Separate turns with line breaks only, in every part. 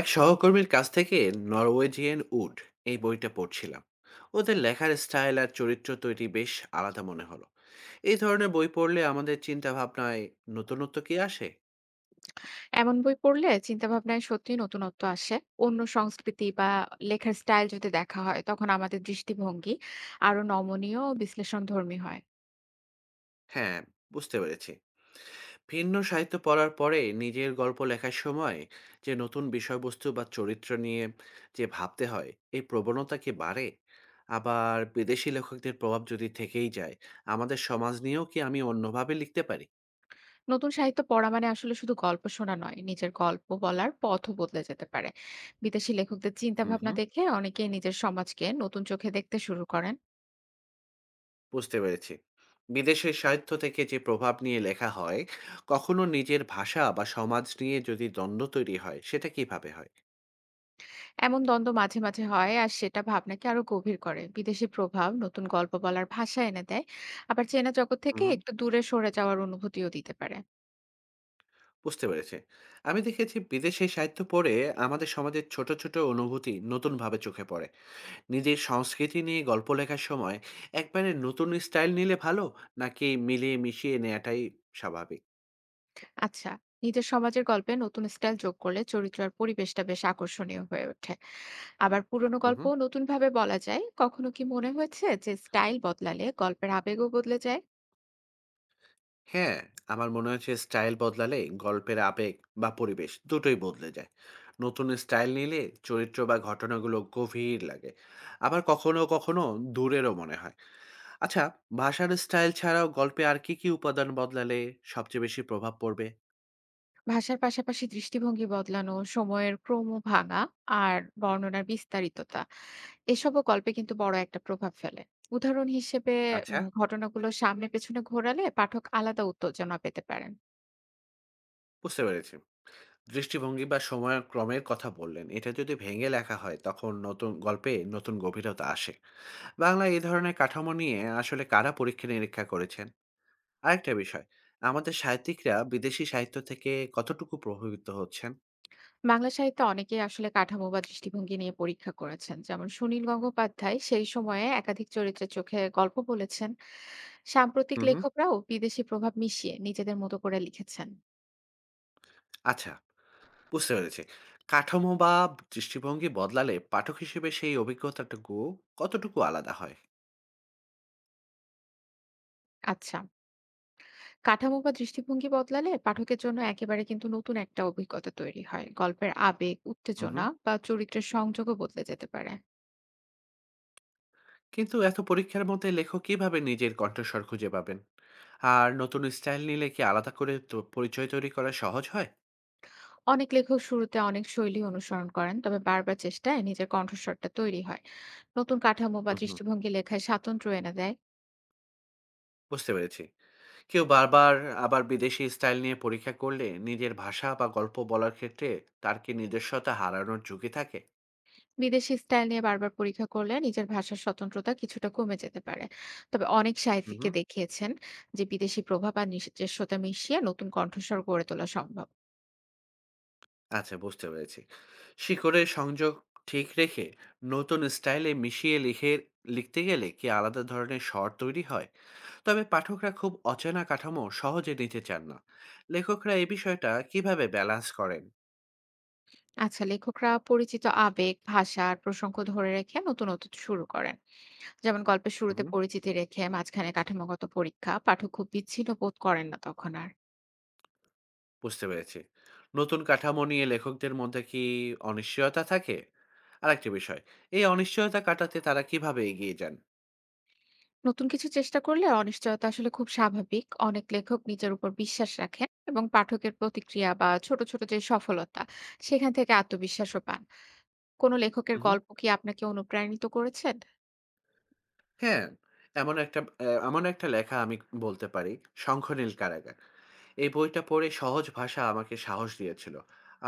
এক সহকর্মীর কাছ থেকে নরওয়েজিয়ান উড এই বইটা পড়ছিলাম। ওদের লেখার স্টাইল আর চরিত্র তৈরি বেশ আলাদা মনে হলো। এই ধরনের বই পড়লে আমাদের চিন্তা ভাবনায় নতুনত্ব কি আসে?
এমন বই পড়লে চিন্তাভাবনায় সত্যিই নতুনত্ব আসে। অন্য সংস্কৃতি বা লেখার স্টাইল যদি দেখা হয়, তখন আমাদের দৃষ্টিভঙ্গি আরো নমনীয় ও বিশ্লেষণধর্মী হয়।
হ্যাঁ, বুঝতে পেরেছি। ভিন্ন সাহিত্য পড়ার পরে নিজের গল্প লেখার সময় যে নতুন বিষয়বস্তু বা চরিত্র নিয়ে যে ভাবতে হয়, এই প্রবণতা কি বাড়ে? আবার বিদেশি লেখকদের প্রভাব যদি থেকেই যায়, আমাদের সমাজ নিয়েও কি আমি অন্যভাবে লিখতে পারি?
নতুন সাহিত্য পড়া মানে আসলে শুধু গল্প শোনা নয়, নিজের গল্প বলার পথও বদলে যেতে পারে। বিদেশি লেখকদের
হুম
চিন্তাভাবনা
হুম,
দেখে অনেকেই নিজের সমাজকে নতুন চোখে দেখতে শুরু করেন।
বুঝতে পেরেছি। বিদেশের সাহিত্য থেকে যে প্রভাব নিয়ে লেখা হয়, কখনো নিজের ভাষা বা সমাজ নিয়ে যদি দ্বন্দ্ব তৈরি হয়, সেটা কিভাবে হয়?
এমন দ্বন্দ্ব মাঝে মাঝে হয়, আর সেটা ভাবনাকে আরো গভীর করে। বিদেশি প্রভাব নতুন গল্প বলার ভাষা এনে দেয়, আবার চেনা জগৎ
হু,
থেকে
হুম।
একটু দূরে সরে যাওয়ার অনুভূতিও দিতে পারে।
বুঝতে পেরেছি। আমি দেখেছি বিদেশে সাহিত্য পড়ে আমাদের সমাজের ছোট, ছোট অনুভূতি নতুনভাবে চোখে পড়ে। নিজের সংস্কৃতি নিয়ে গল্প লেখার সময় একবারে নতুন স্টাইল নিলে ভালো, নাকি মিলিয়ে মিশিয়ে নেয়াটাই স্বাভাবিক?
আচ্ছা, নিজের সমাজের গল্পে নতুন স্টাইল যোগ করলে চরিত্র আর পরিবেশটা বেশ আকর্ষণীয় হয়ে ওঠে। আবার পুরনো
হুম,
গল্প
হুম।
নতুন ভাবে বলা যায়। কখনো কি মনে হয়েছে যে স্টাইল বদলালে গল্পের আবেগও বদলে যায়?
হ্যাঁ, আমার মনে হয়েছে স্টাইল বদলালে গল্পের আবেগ বা পরিবেশ দুটোই বদলে যায়। নতুন স্টাইল নিলে চরিত্র বা ঘটনাগুলো গভীর লাগে। আবার কখনো, কখনো দূরেরও মনে হয়। আচ্ছা, ভাষার স্টাইল ছাড়াও গল্পে আর কি, কি উপাদান বদলালে সবচেয়ে বেশি প্রভাব পড়বে?
ভাষার পাশাপাশি দৃষ্টিভঙ্গি বদলানো, সময়ের ক্রম ভাঙা, আর বর্ণনার বিস্তারিততা এসবও গল্পে কিন্তু বড় একটা প্রভাব ফেলে। উদাহরণ হিসেবে
আচ্ছা,
ঘটনাগুলো সামনে পেছনে ঘোরালে পাঠক আলাদা উত্তেজনা পেতে পারেন।
বুঝতে পেরেছি। দৃষ্টিভঙ্গি বা সময়ক্রমের কথা বললেন। এটা যদি ভেঙে লেখা হয় তখন নতুন গল্পে নতুন গভীরতা আসে। বাংলায় এই ধরনের কাঠামো নিয়ে আসলে কারা পরীক্ষা-নিরীক্ষা করেছেন? আরেকটা বিষয়, আমাদের সাহিত্যিকরা বিদেশি সাহিত্য থেকে কতটুকু প্রভাবিত হচ্ছেন?
বাংলা সাহিত্যে অনেকেই আসলে কাঠামো বা দৃষ্টিভঙ্গি নিয়ে পরীক্ষা করেছেন, যেমন সুনীল গঙ্গোপাধ্যায় সেই সময়ে একাধিক চরিত্রের চোখে গল্প বলেছেন। সাম্প্রতিক
হুম, হুম।
লেখকরাও বিদেশি প্রভাব মিশিয়ে নিজেদের মতো করে লিখেছেন।
আচ্ছা, বুঝতে পেরেছি। কাঠামো বা দৃষ্টিভঙ্গি বদলালে পাঠক হিসেবে সেই অভিজ্ঞতাটুকু কতটুকু আলাদা হয়?
আচ্ছা, কাঠামো বা দৃষ্টিভঙ্গি বদলালে পাঠকের জন্য একেবারে কিন্তু নতুন একটা অভিজ্ঞতা তৈরি হয়। গল্পের আবেগ,
হুম,
উত্তেজনা
হুম।
বা চরিত্রের সংযোগও বদলে যেতে পারে।
কিন্তু এত পরীক্ষার মধ্যে লেখক কিভাবে নিজের কণ্ঠস্বর খুঁজে পাবেন? আর নতুন স্টাইল নিলে কি আলাদা করে তো পরিচয় তৈরি করা সহজ হয়?
অনেক লেখক শুরুতে অনেক শৈলী অনুসরণ করেন, তবে বারবার চেষ্টায় নিজের কণ্ঠস্বরটা তৈরি হয়। নতুন কাঠামো বা
হুম, হুম।
দৃষ্টিভঙ্গি লেখায় স্বাতন্ত্র্য এনে দেয়।
বুঝতে পেরেছি। কেউ বারবার আবার বিদেশি স্টাইল নিয়ে পরীক্ষা করলে নিজের ভাষা বা গল্প বলার ক্ষেত্রে তার কি নিজস্বতা হারানোর ঝুঁকি থাকে?
বিদেশি স্টাইল নিয়ে বারবার পরীক্ষা করলে নিজের ভাষার স্বতন্ত্রতা কিছুটা কমে যেতে পারে। তবে অনেক
হুম,
সাহিত্যিককে
হুম।
দেখিয়েছেন যে বিদেশি প্রভাব আর নিজস্বতা মিশিয়ে নতুন কণ্ঠস্বর গড়ে তোলা সম্ভব।
আচ্ছা, বুঝতে পেরেছি। শিকড়ের সংযোগ ঠিক রেখে নতুন স্টাইলে মিশিয়ে লিখে লিখতে গেলে কি আলাদা ধরনের স্বর তৈরি হয়? তবে পাঠকরা খুব অচেনা কাঠামো সহজে নিতে চান না। লেখকরা এই বিষয়টা কিভাবে ব্যালান্স করেন?
আচ্ছা, লেখকরা পরিচিত আবেগ, ভাষা আর প্রসঙ্গ ধরে রেখে নতুনত্ব শুরু করেন। যেমন গল্পের
হুম,
শুরুতে
হুম।
পরিচিতি রেখে মাঝখানে কাঠামোগত পরীক্ষা, পাঠক খুব বিচ্ছিন্ন বোধ করেন না তখন আর।
বুঝতে পেরেছি। নতুন কাঠামো নিয়ে লেখকদের মধ্যে কি অনিশ্চয়তা থাকে? আরেকটি বিষয়, এই অনিশ্চয়তা কাটাতে তারা কিভাবে এগিয়ে যান?
নতুন কিছু চেষ্টা করলে অনিশ্চয়তা আসলে খুব স্বাভাবিক। অনেক লেখক নিজের উপর বিশ্বাস রাখেন, এবং পাঠকের প্রতিক্রিয়া বা ছোট ছোট যে সফলতা, সেখান থেকে আত্মবিশ্বাসও পান। কোনো লেখকের
হুম, হুম।
গল্প কি আপনাকে অনুপ্রাণিত করেছেন?
হ্যাঁ, এমন একটা লেখা আমি বলতে পারি, 'শঙ্খনীল কারাগার'। এই বইটা পড়ে সহজ ভাষা আমাকে সাহস দিয়েছিল।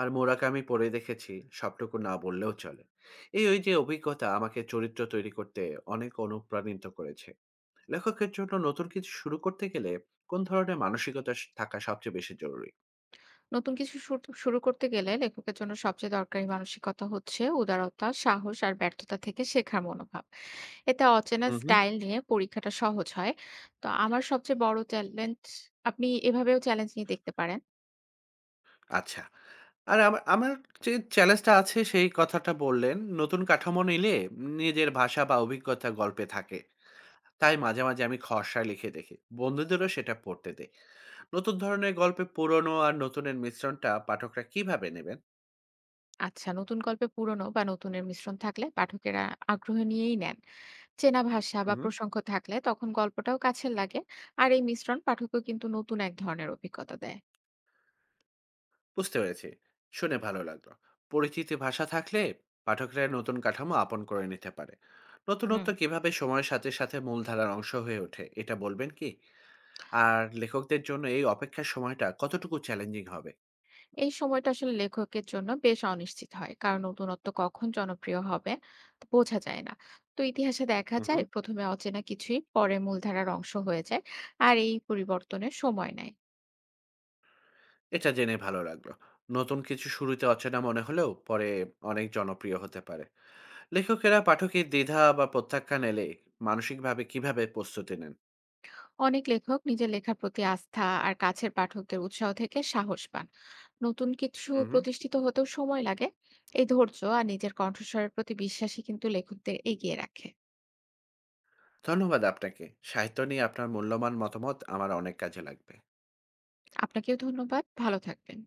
আর মোরাকামি পড়ে দেখেছি সবটুকু না বললেও চলে। এই ওই যে অভিজ্ঞতা আমাকে চরিত্র তৈরি করতে অনেক অনুপ্রাণিত করেছে। লেখকের জন্য নতুন কিছু শুরু করতে গেলে কোন ধরনের মানসিকতা থাকা সবচেয়ে বেশি জরুরি?
নতুন কিছু শুরু শুরু করতে গেলে লেখকের জন্য সবচেয়ে দরকারি মানসিকতা হচ্ছে উদারতা, সাহস আর ব্যর্থতা থেকে শেখার মনোভাব। এতে অচেনা
হুম হুম।
স্টাইল নিয়ে পরীক্ষাটা সহজ হয়। তো আমার সবচেয়ে বড় চ্যালেঞ্জ, আপনি এভাবেও চ্যালেঞ্জ নিয়ে দেখতে পারেন।
আচ্ছা, আর আমার আমার যে চ্যালেঞ্জটা আছে সেই কথাটা বললেন, নতুন কাঠামো নিলে নিজের ভাষা বা অভিজ্ঞতা গল্পে থাকে। তাই মাঝে মাঝে আমি খসায় লিখে দেখি, বন্ধুদেরও সেটা পড়তে দেই। নতুন ধরনের গল্পে পুরনো আর নতুনের মিশ্রণটা পাঠকরা কিভাবে নেবেন?
আচ্ছা, নতুন গল্পে পুরনো বা নতুনের মিশ্রণ থাকলে পাঠকেরা আগ্রহ নিয়েই নেন। চেনা ভাষা বা
হুম।
প্রসঙ্গ থাকলে তখন গল্পটাও কাছের লাগে। আর এই মিশ্রণ পাঠকও কিন্তু নতুন এক ধরনের অভিজ্ঞতা দেয়।
বুঝতে পেরেছি। শুনে ভালো লাগলো। পরিচিতি ভাষা থাকলে পাঠকরা নতুন কাঠামো আপন করে নিতে পারে।
হুম।
নতুনত্ব কিভাবে সময়ের সাথে সাথে মূলধারার অংশ হয়ে ওঠে, এটা বলবেন কি? আর লেখকদের জন্য এই অপেক্ষার সময়টা কতটুকু চ্যালেঞ্জিং হবে?
এই সময়টা আসলে লেখকের জন্য বেশ অনিশ্চিত হয়, কারণ নতুনত্ব কখন জনপ্রিয় হবে তা বোঝা যায় না। তো ইতিহাসে দেখা যায়
হুম।
প্রথমে অচেনা কিছুই পরে মূলধারার অংশ হয়ে যায়। আর এই পরিবর্তনের সময় নেয়।
এটা জেনে ভালো লাগলো। নতুন কিছু শুরুতে অচেনা মনে হলেও পরে অনেক জনপ্রিয় হতে পারে। লেখকেরা পাঠকের দ্বিধা বা প্রত্যাখ্যান এলে মানসিকভাবে কিভাবে প্রস্তুতি নেন?
অনেক লেখক নিজের লেখার প্রতি আস্থা আর কাছের পাঠকদের উৎসাহ থেকে সাহস পান। নতুন কিছু
হুম,
প্রতিষ্ঠিত হতেও সময় লাগে। এই ধৈর্য আর নিজের কণ্ঠস্বরের প্রতি বিশ্বাসই কিন্তু লেখকদের এগিয়ে রাখে।
ধন্যবাদ আপনাকে। সাহিত্য নিয়ে আপনার মূল্যবান মতামত আমার অনেক কাজে লাগবে।
আপনাকেও ধন্যবাদ, ভালো থাকবেন।